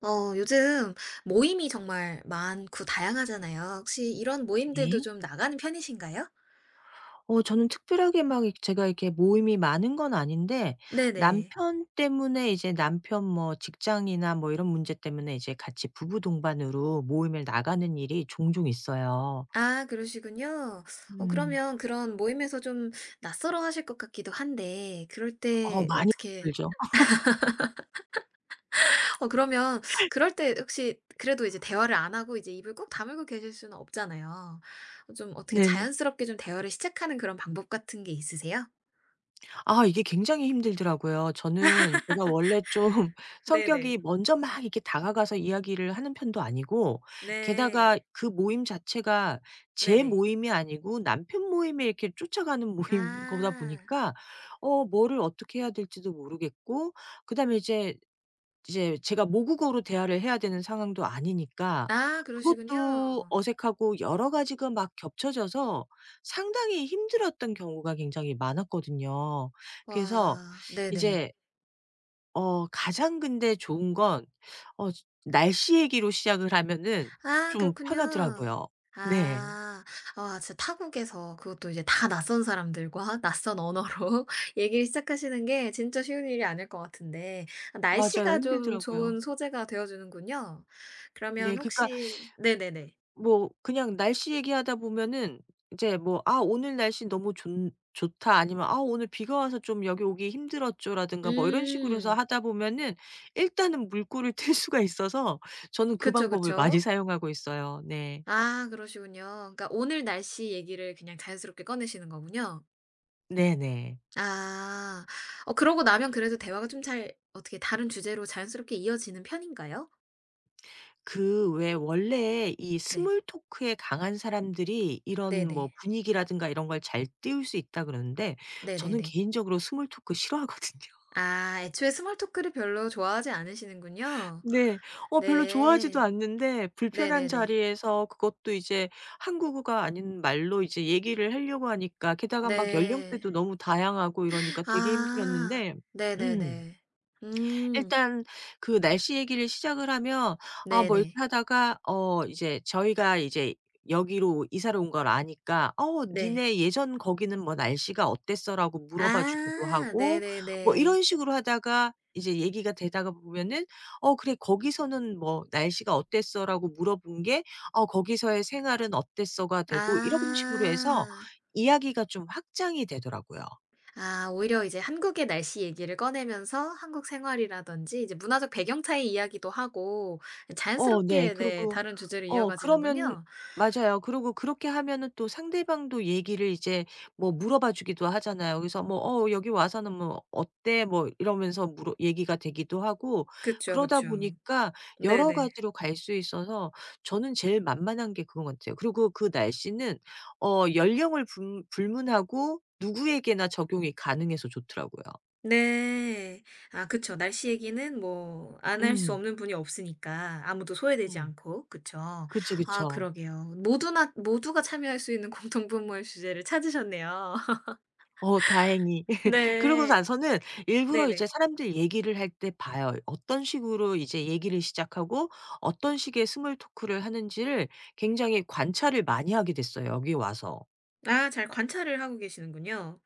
요즘 모임이 정말 많고 다양하잖아요. 혹시 이런 모임들도 네. 좀 나가는 편이신가요? 저는 특별하게 막 이렇게 제가 이렇게 모임이 많은 건 아닌데 네네. 남편 때문에 이제 남편 뭐 직장이나 뭐 이런 문제 때문에 이제 같이 부부 동반으로 모임을 나가는 일이 종종 있어요. 아, 그러시군요. 음. 그러면 그런 모임에서 좀 낯설어 하실 것 같기도 한데, 그럴 때 많이 어떻게, 힘들죠. 그러면 그럴 때 혹시 그래도 이제 대화를 안 하고 이제 입을 꾹 다물고 계실 수는 없잖아요. 좀 어떻게 네네. 자연스럽게 좀 대화를 시작하는 그런 방법 같은 게 있으세요? 아, 이게 굉장히 힘들더라고요. 저는 제가 원래 좀 성격이 네네. 먼저 막 이렇게 다가가서 이야기를 하는 편도 아니고, 게다가 네. 그 모임 자체가 제 네네. 모임이 아니고 남편 모임에 이렇게 쫓아가는 모임 거다 아, 보니까 뭐를 어떻게 해야 될지도 모르겠고, 그다음에 이제 제가 모국어로 대화를 해야 되는 상황도 아니니까 아, 그것도 그러시군요. 어색하고, 여러 가지가 막 겹쳐져서 상당히 힘들었던 경우가 굉장히 많았거든요. 그래서 와. 네네. 이제 가장 근데 좋은 건, 어 날씨 얘기로 시작을 하면은 아 좀 그렇군요. 편하더라고요. 네. 아. 와 진짜 타국에서 그것도 이제 다 낯선 사람들과 낯선 언어로 얘기를 시작하시는 게 진짜 쉬운 일이 아닐 것 같은데 맞아요. 날씨가 좀 힘들더라고요. 좋은 소재가 되어 주는군요. 네. 그러면 그러니까 혹시 네네네. 뭐 그냥 날씨 얘기하다 보면은 이제 뭐 "아, 오늘 날씨 너무 좋 좋다." 아니면 "아, 오늘 비가 와서 좀 여기 오기 힘들었죠."라든가 뭐 이런 식으로 해서 음. 하다 보면은 일단은 물꼬를 틀 수가 있어서, 저는 그 그쵸, 방법을 많이 그쵸. 사용하고 있어요. 네. 아 그러시군요. 그러니까 오늘 날씨 얘기를 그냥 자연스럽게 꺼내시는 거군요. 네네. 아. 그러고 나면 그래도 대화가 좀 잘 어떻게 다른 주제로 자연스럽게 이어지는 편인가요? 그, 왜 원래 이 네. 스몰 토크에 강한 사람들이 이런 네네. 뭐 분위기라든가 이런 걸 잘 띄울 수 있다 그러는데, 저는 네네네. 개인적으로 스몰 토크 싫어하거든요. 아 애초에 스몰 토크를 별로 좋아하지 않으시는군요. 네. 별로 좋아하지도 네. 않는데 불편한 네네네. 자리에서, 그것도 이제 한국어가 아닌 말로 이제 얘기를 하려고 하니까, 게다가 막 네. 연령대도 너무 다양하고 이러니까 되게 아. 힘들었는데. 음. 네네네. 음. 일단 그 날씨 얘기를 시작을 하면 아, 뭐 이렇게 네네. 하다가 이제 저희가 이제 여기로 이사를 온 걸 아니까 "어, 네. 니네 예전 거기는 뭐 날씨가 어땠어?"라고 물어봐 주기도 아 하고, 뭐 네네네. 이런 식으로 하다가 이제 얘기가 되다가 보면은 "어, 그래, 거기서는 뭐 날씨가 어땠어?"라고 물어본 게 "어, 거기서의 생활은 어땠어?"가 되고, 이런 식으로 해서 아. 이야기가 좀 확장이 되더라고요. 아 오히려 이제 한국의 날씨 얘기를 꺼내면서 한국 생활이라든지 이제 문화적 배경 차이 이야기도 하고 네. 자연스럽게 네 그러고 다른 주제로 그러면 이어가지는군요. 맞아요. 그러고 그렇게 하면은 또 상대방도 얘기를 이제 뭐 물어봐 주기도 하잖아요. 그래서 뭐 "어, 여기 와서는 뭐 어때?" 뭐 이러면서 물어, 얘기가 되기도 하고, 그쵸, 그러다 그쵸. 보니까 여러 네네. 가지로 갈 수 있어서 저는 제일 만만한 게 그건 같아요. 그리고 그 날씨는 연령을 불 불문하고 누구에게나 적용이 가능해서 좋더라고요. 네. 아 그쵸. 날씨 얘기는 뭐 안 할 수 음. 없는 분이 없으니까 아무도 소외되지 음. 않고. 그쵸. 그쵸, 아 그쵸. 그러게요. 모두나 모두가 참여할 수 있는 공통분모의 주제를 찾으셨네요. 다행히. 그러고 네. 나서는 일부러 이제 네네. 사람들 얘기를 할 때 봐요. 어떤 식으로 이제 얘기를 시작하고 어떤 식의 스몰 토크를 하는지를 굉장히 관찰을 많이 하게 됐어요, 여기 와서. 아 잘 관찰을 하고 계시는군요.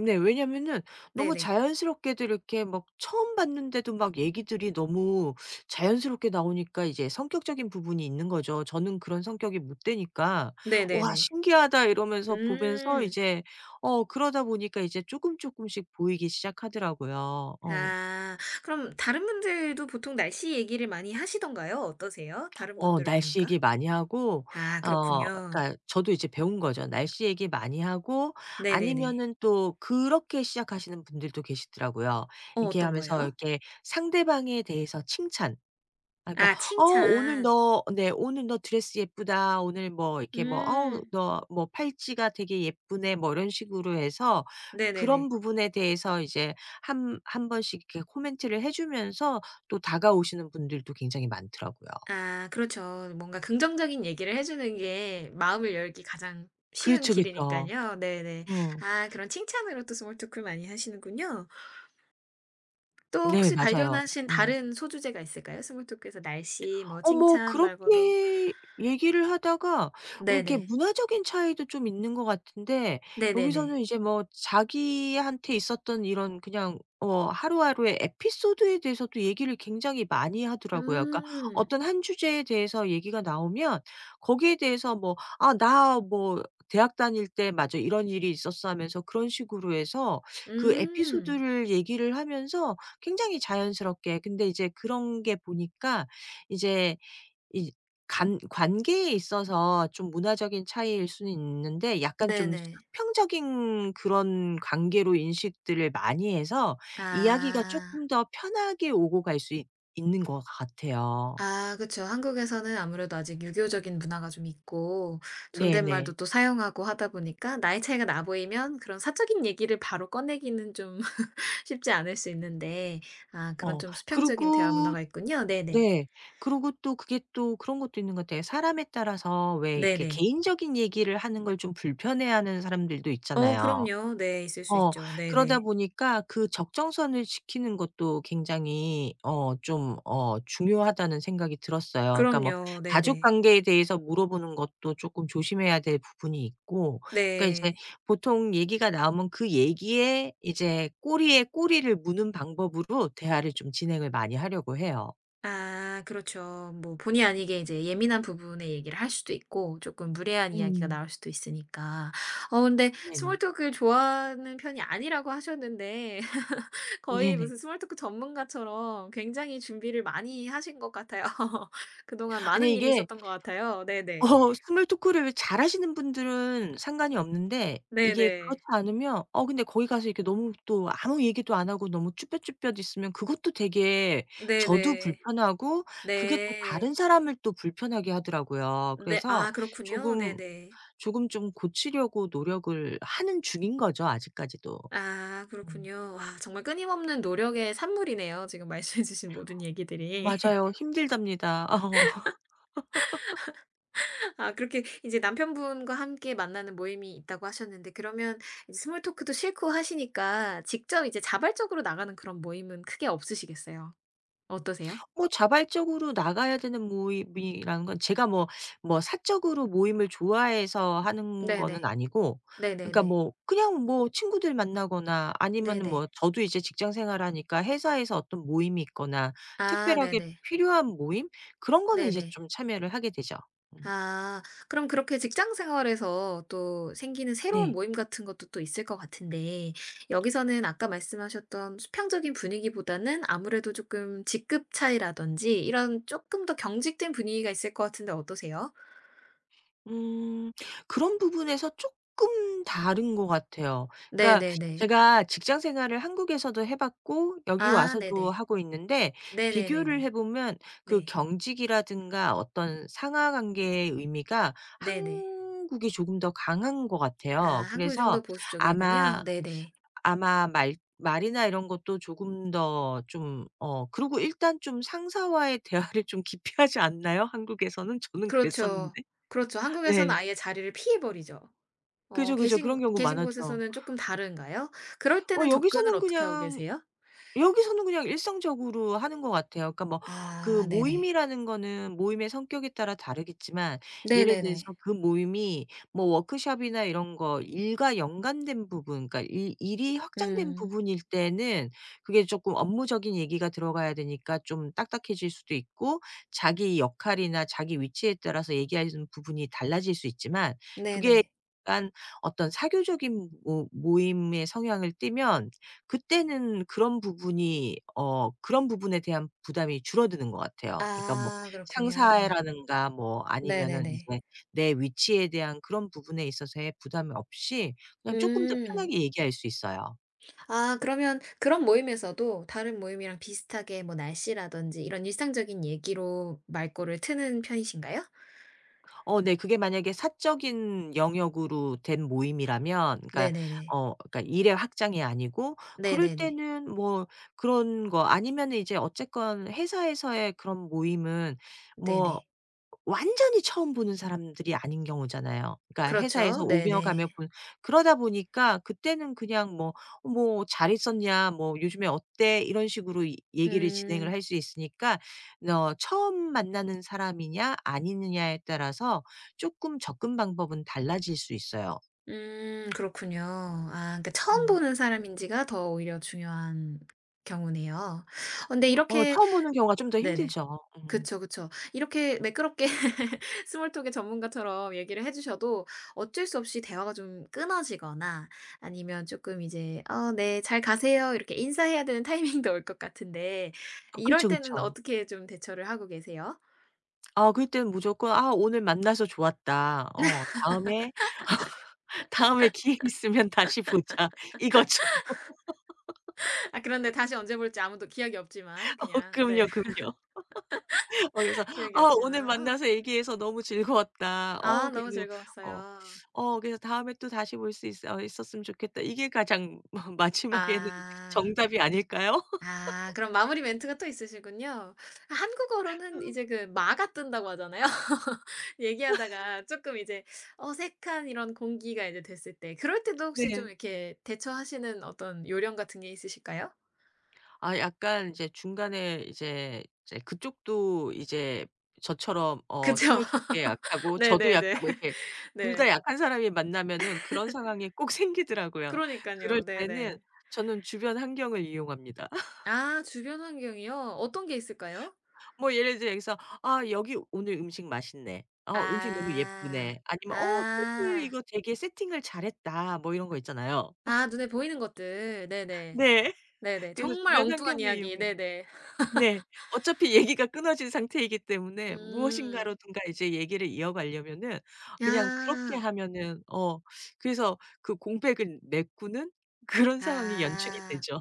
네. 왜냐면은 너무 네네. 자연스럽게도 이렇게 막 처음 봤는데도 막 얘기들이 너무 자연스럽게 나오니까, 이제 성격적인 부분이 있는 거죠. 저는 그런 성격이 못 되니까 '와, 네네네. 신기하다.' 이러면서 보면서 음. 이제 그러다 보니까 이제 조금씩 보이기 시작하더라고요. 아. 그럼 다른 분들도 보통 날씨 얘기를 많이 하시던가요? 어떠세요? 다른 어, 분들을 날씨 보니까? 얘기 많이 하고. 아 그렇군요. 그러니까 저도 이제 배운 거죠. 날씨 얘기 많이 하고, 네네네. 아니면은 또 그렇게 시작하시는 분들도 계시더라고요. 이렇게 어떤 하면서 거요? 이렇게 상대방에 대해서 칭찬. 아, 그러니까 아 "어, 오늘 칭찬. 너", 네 "오늘 너 드레스 예쁘다." 오늘 뭐 이렇게 뭐 "어우, 음. 너 뭐 팔찌가 되게 예쁘네." 뭐 이런 식으로 해서 네네네. 그런 부분에 대해서 이제 한 한 번씩 이렇게 코멘트를 해 주면서 또 다가오시는 분들도 굉장히 많더라고요. 아 그렇죠. 뭔가 긍정적인 얘기를 해 주는 게 마음을 열기 가장 쉬운 그렇죠, 길그이니까죠 요 네네. 어. 아 그런 칭찬으로 또 스몰 토크를 많이 하시는군요. 또 네, 혹시 맞아요. 발견하신 다른 소주제가 있을까요? 스몰 토크에서 날씨 뭐 뭐 칭찬 말고도. 그렇게 얘기를 하다가 이렇게 네네. 문화적인 차이도 좀 있는 것 같은데, 네네네. 여기서는 이제 뭐 자기한테 있었던 이런 그냥 하루하루의 에피소드에 대해서도 얘기를 굉장히 많이 하더라고요. 그러니까 음. 어떤 한 주제에 대해서 얘기가 나오면 거기에 대해서 뭐 "아, 나 뭐 대학 다닐 때, 맞아, 이런 일이 있었어." 하면서 그런 식으로 해서 그 음. 에피소드를 얘기를 하면서 굉장히 자연스럽게, 근데 이제 그런 게 보니까 이제 이 간 관계에 있어서 좀 문화적인 차이일 수는 있는데 약간 좀 네네. 수평적인 그런 관계로 인식들을 많이 해서 이야기가 아. 쪼끔 더 편하게 오고 갈 수 있 있는 것 같아요. 아 그쵸. 한국에서는 아무래도 아직 유교적인 문화가 좀 있고 존댓말도 네네. 또 사용하고 하다 보니까 나이 차이가 나 보이면 그런 사적인 얘기를 바로 꺼내기는 좀 쉽지 않을 수 있는데 아 그런 어 좀 수평적인 대화 그리고 문화가 있군요. 네네. 네. 그리고 또 그게 또 그런 것도 있는 것 같아요. 사람에 따라서 왜 이렇게 네네. 개인적인 얘기를 하는 걸 좀 불편해하는 사람들도 어 있잖아요. 그럼요. 네 있을 수 어. 있죠. 그러다 네네. 보니까 그 적정선을 지키는 것도 굉장히 좀 중요하다는 생각이 들었어요. 그러니까 뭐 그럼요. 가족 네네. 관계에 대해서 물어보는 것도 조금 조심해야 될 부분이 있고, 그러니까 이제 네. 보통 얘기가 나오면 그 얘기에 이제 꼬리에 꼬리를 무는 방법으로 대화를 좀 진행을 많이 하려고 해요. 아 그렇죠. 뭐 본의 아니게 이제 예민한 부분의 얘기를 할 수도 있고 조금 무례한 이야기가 음. 나올 수도 있으니까. 근데 스몰 네네. 토크를 좋아하는 편이 아니라고 하셨는데 거의 네네. 무슨 스몰 토크 전문가처럼 굉장히 준비를 많이 하신 것 같아요. 그동안 아니, 많은 일이 이게 있었던 것 같아요. 네네. 스몰 토크를 잘하시는 분들은 상관이 없는데, 이게 네네. 그렇지 않으면 근데 거기 가서 이렇게 너무 또 아무 얘기도 안 하고 너무 쭈뼛쭈뼛 있으면 그것도 되게 저도 네네. 불편하고, 그게 또 다른 네. 사람을 또 불편하게 하더라고요. 네. 그래서 아 그렇군요. 조금, 네네. 조금 좀 고치려고 노력을 하는 중인 거죠, 아직까지도. 아 음. 그렇군요. 와 정말 끊임없는 노력의 산물이네요. 지금 말씀해 주신 모든 얘기들이. 맞아요. 힘들답니다. 어. 아 그렇게 이제 남편분과 함께 만나는 모임이 있다고 하셨는데 그러면 이제 스몰 토크도 싫고 하시니까 직접 이제 자발적으로 나가는 그런 모임은 크게 없으시겠어요. 어떠세요? 뭐 자발적으로 나가야 되는 모임이라는 건, 제가 뭐 사적으로 모임을 좋아해서 하는 거는 네네. 아니고, 그러니까 네네네. 뭐 그냥 뭐 친구들 만나거나 아니면은 네네. 뭐 저도 이제 직장 생활하니까 회사에서 어떤 모임이 있거나 아 특별하게 네네. 필요한 모임, 그런 거는 이제 네네. 좀 참여를 하게 되죠. 음. 아. 그럼 그렇게 직장 생활에서 또 생기는 새로운 네. 모임 같은 것도 또 있을 것 같은데 여기서는 아까 말씀하셨던 수평적인 분위기보다는 아무래도 조금 직급 차이라든지 이런 조금 더 경직된 분위기가 있을 것 같은데 어떠세요? 음. 그런 부분에서 조금 다른 것 같아요. 그러니까 네네네. 제가 직장 생활을 한국에서도 해 봤고 여기 아 와서도 네네. 하고 있는데, 비교를 해 네네네네. 보면 그 네. 경직이라든가 어떤 상하 관계의 의미가 네네. 한국이 조금 더 강한 것 아 같아요. 한국이 좀 더 그래서 보수적이군요. 아마, 네네. 말 말이나, 이런 것도 조금 더 좀 그리고 일단 좀 상사와의 대화를 좀 기피하지 않나요? 한국에서는? 저는 그렇죠. 그랬었는데. 그렇죠. 한국에서는 네. 아예 자리를 피해 버리죠. 그죠, 그죠. 계신 그런 경우 계신 많았죠. 곳에서는 조금 다른가요? 그럴 때는 접근을 여기서는 어떻게 하고 그냥 계세요? 일상적으로 하는 것 같아요. 그러니까 뭐 그 아 네네. 모임이라는 거는 모임의 성격에 따라 다르겠지만, 예를 들어서 네네네. 그 모임이 뭐 워크숍이나 이런 거 일과 연관된 부분, 그러니까 일 일이 확장된 음. 부분일 때는 그게 조금 업무적인 얘기가 들어가야 되니까 좀 딱딱해질 수도 있고, 자기 역할이나 자기 위치에 따라서 얘기하는 부분이 달라질 수 있지만, 그게 네네. 약간 어떤 사교적인 모 모임의 성향을 띠면, 그때는 그런 부분이 어 그런 부분에 대한 부담이 줄어드는 것 같아요. 그러니까 뭐 아 그렇군요. 상사라든가 뭐 아니면은 네네네. 이제 내 위치에 대한 그런 부분에 있어서의 부담이 없이 그냥 쪼끔 더 음. 편하게 얘기할 수 있어요. 아 그러면 그런 모임에서도 다른 모임이랑 비슷하게 뭐 날씨라든지 이런 일상적인 얘기로 말꼬를 트는 편이신가요? 네. 그게 만약에 사적인 영역으로 된 모임이라면, 그러니까 네네네. 그러니까 일의 확장이 아니고 그럴 네네네. 때는 뭐, 그런 거 아니면은 이제 어쨌건 회사에서의 그런 모임은 뭐 네네. 완전히 처음 보는 사람들이 아닌 경우잖아요. 그러니까 그렇죠. 회사에서 오며 가며 네네. 본, 그러다 보니까 그때는 그냥 뭐 "어, 뭐 잘 있었냐?" 뭐 "요즘에 어때?" 이런 식으로 이 얘기를 진행을 음. 할 수 있으니까, 처음 만나는 사람이냐 아니느냐에 따라서 쪼끔 접근 방법은 달라질 수 있어요. 그렇군요. 아 그러니까 처음 음. 보는 사람인지가 더 오히려 중요한 경우네요. 근데 이렇게 처음 보는 경우가 좀 더 네네. 힘들죠. 음. 그쵸, 그쵸. 이렇게 매끄럽게 스몰 톡의 전문가처럼 얘기를 해 주셔도 어쩔 수 없이 대화가 좀 끊어지거나 아니면 조금 이제 "어 네. 잘 가세요." 이렇게 인사해야 되는 타이밍도 올 것 같은데 아, 이럴 그쵸, 때는 그쵸. 어떻게 좀 대처를 하고 계세요? 아, 그럴 때는 무조건 '아, 오늘 만나서 좋았다. 어, 다음에', "다음에 기회 있으면 다시 보자." 이거죠. 아 그런데 다시 언제 볼지 아무도 기억이 없지만 그냥 네 그럼요, 그럼요. 그래서 기억이 "아, 오늘 없지만 아 만나서 얘기해서 너무 즐거웠다. "아 어, 너무 그리고 어, 즐거웠어요." 어, 그래서 다음에 또 다시 볼 수 있어, 어, 있었으면 좋겠다." 이게 가장 마 마지막에는 아. 정답이 아닐까요? 아 그럼 마무리 멘트가 또 있으시군요. 한국어로는 이제 그 마가 뜬다고 하잖아요. 얘기하다가 조금 이제 어색한 이런 공기가 이제 됐을 때 그럴 때도 혹시 좀 네. 이렇게 대처하시는 어떤 요령 같은 게 있으실까요? 아, 약간 이제 중간에 이제 그쪽도 이제 저처럼 그쵸. 스몰 토크에 약하고 저도 네네네. 약하고, 이렇게 둘 다 네. 약한 사람이 만나면은 그런 상황이 꼭 생기더라고요. 그럴 그러니깐요. 때는 네네. 저는 주변 환경을 이용합니다. 아 주변 환경이요? 어떤 게 있을까요? 뭐 예를 들어서 "아, 여기 오늘 음식 맛있네." "어, 음식 너무 아. 예쁘네." 아니면 "어, 테이블 아. 이거 되게 세팅을 잘했다." 뭐 이런 거 있잖아요. 아 눈에 보이는 것들. 네네. 네. 네네. 그래서 정말 주변 엉뚱한 환경을 이야기. 이용해요. 네네. 네. 어차피 얘기가 끊어진 상태이기 때문에 음. 무엇인가로든가 이제 얘기를 이어가려면은 그냥 그렇게 아. 하면은, 그래서 그 공백을 메꾸는 그런 상황이 연출이 아. 되죠.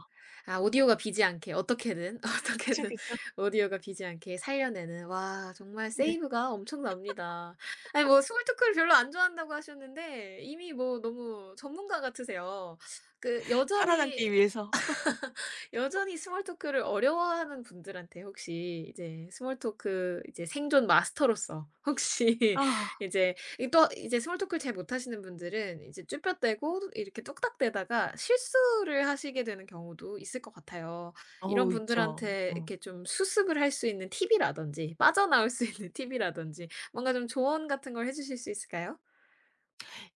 아 오디오가 비지 않게 어떻게든, 그죠, 어떻게든 그죠. 오디오가 비지 않게 살려내는 와 정말 네. 세이브가 엄청납니다. 아니 뭐 스몰토크를 별로 안 좋아한다고 하셨는데 이미 뭐 너무 전문가 같으세요. 그 여전히 살아남기 위해서. 여전히 스몰토크를 어려워하는 분들한테 혹시 이제 스몰토크 이제 생존 마스터로서 혹시 아. 이제 이 또 이제 스몰 토크를 잘 못하시는 분들은 이제 쭈뼛대고 이렇게 뚝딱대다가 실수를 하시게 되는 경우도 있을 것 같아요. 이런 어우, 있죠. 분들한테 어. 이렇게 좀 수습을 할 수 있는 팁이라든지 빠져나올 수 있는 팁이라든지 뭔가 좀 조언 같은 걸 해 주실 수 있을까요?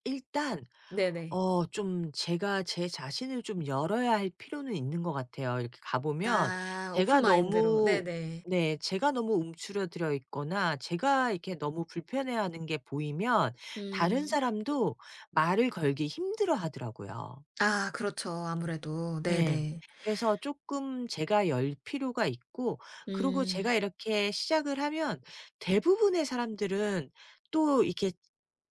일단 네네. 좀 제가 제 자신을 좀 열어야 할 필요는 있는 것 같아요. 이렇게 가 보면 아 오픈 제가 마인드로. 너무 네네. 네, 제가 너무 움츠러들어 있거나 제가 이렇게 너무 불편해하는 게 보이면 다른 음. 사람도 말을 걸기 힘들어 하더라고요. 아 그렇죠. 아무래도. 예. 네네. 그래서 쪼끔 제가 열 필요가 있고, 그리고 음. 제가 이렇게 시작을 하면 대부분의 사람들은 또 이렇게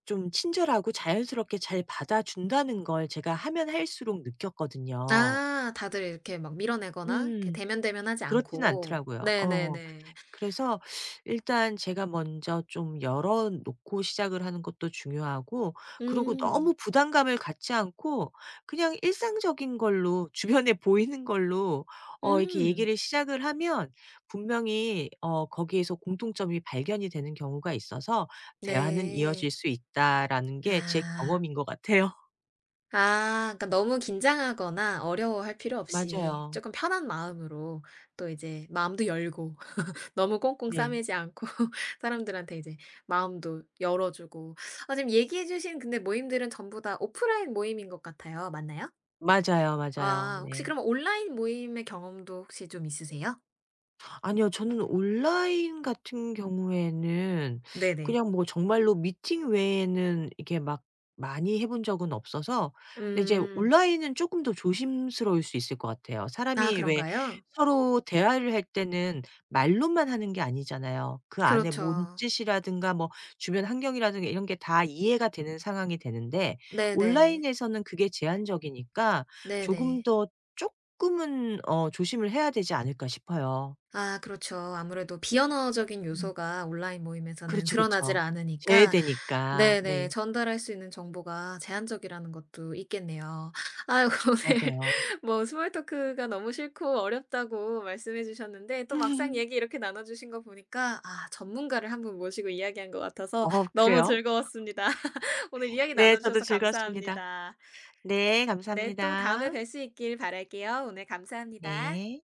좀 친절하고 자연스럽게 잘 받아준다는 걸 제가 하면 할수록 느꼈거든요. 아 다들 이렇게 막 밀어내거나 이렇게 음. 대면대면하지 그렇지는 않고. 않더라고요. 네네네. 그래서 일단 제가 먼저 좀 열어 놓고 시작을 하는 것도 중요하고, 그리고 음. 너무 부담감을 갖지 않고 그냥 일상적인 걸로 주변에 보이는 걸로 이렇게 음. 얘기를 시작을 하면 분명히 거기에서 공통점이 발견이 되는 경우가 있어서, '대화는 이어질 네. 수 있다.'라는 게 제 아. 경험인 것 같아요. 아 그러니까 너무 긴장하거나 어려워할 필요 없이 맞아요. 조금 편한 마음으로 또 이제 마음도 열고 너무 꽁꽁 네. 싸매지 않고 사람들한테 이제 마음도 열어 주고. 아 지금 얘기해 주신 근데 모임들은 전부 다 오프라인 모임인 것 같아요. 맞나요? 맞아요, 맞아요. 아 혹시 네. 그럼 온라인 모임의 경험도 혹시 좀 있으세요? 아니요. 저는 온라인 같은 경우에는 네네. 그냥 뭐 정말로 미팅 외에는 이게 막 많이 해본 적은 없어서, 근데 이제 음. 온라인은 조금 더 조심스러울 수 있을 것 같아요. 아 사람이, 왜 그런가요? 서로 대화를 할 때는 말로만 하는 게 아니잖아요. 그 안에 그렇죠. 몸짓이라든가 뭐 주변 환경이라든가 이런 게 다 이해가 되는 상황이 되는데 네네. 온라인에서는 그게 제한적이니까 조금 네네. 더 조금은 조심을 해야 되지 않을까 싶어요. 아 그렇죠. 아무래도 비언어적인 음. 요소가 온라인 모임에서는 그렇죠, 드러나질 그쵸. 않으니까 제외되니까. 네. 네네. 전달할 수 있는 정보가 제한적이라는 것도 있겠네요. 아 오늘 맞아요. 뭐 스몰 토크가 너무 싫고 어렵다고 말씀해 주셨는데 또 막상 얘기 이렇게 나눠 주신 거 보니까 아 전문가를 한 분 모시고 이야기한 것 같아서 어, 너무 그래요? 즐거웠습니다. 오늘 이야기 네. 나눠 저도 주셔서 즐거웠습니다. 감사합니다. 네. 네 또 다음에 감사합니다. 뵐 수 있길 바랄게요. 오늘 감사합니다. 네.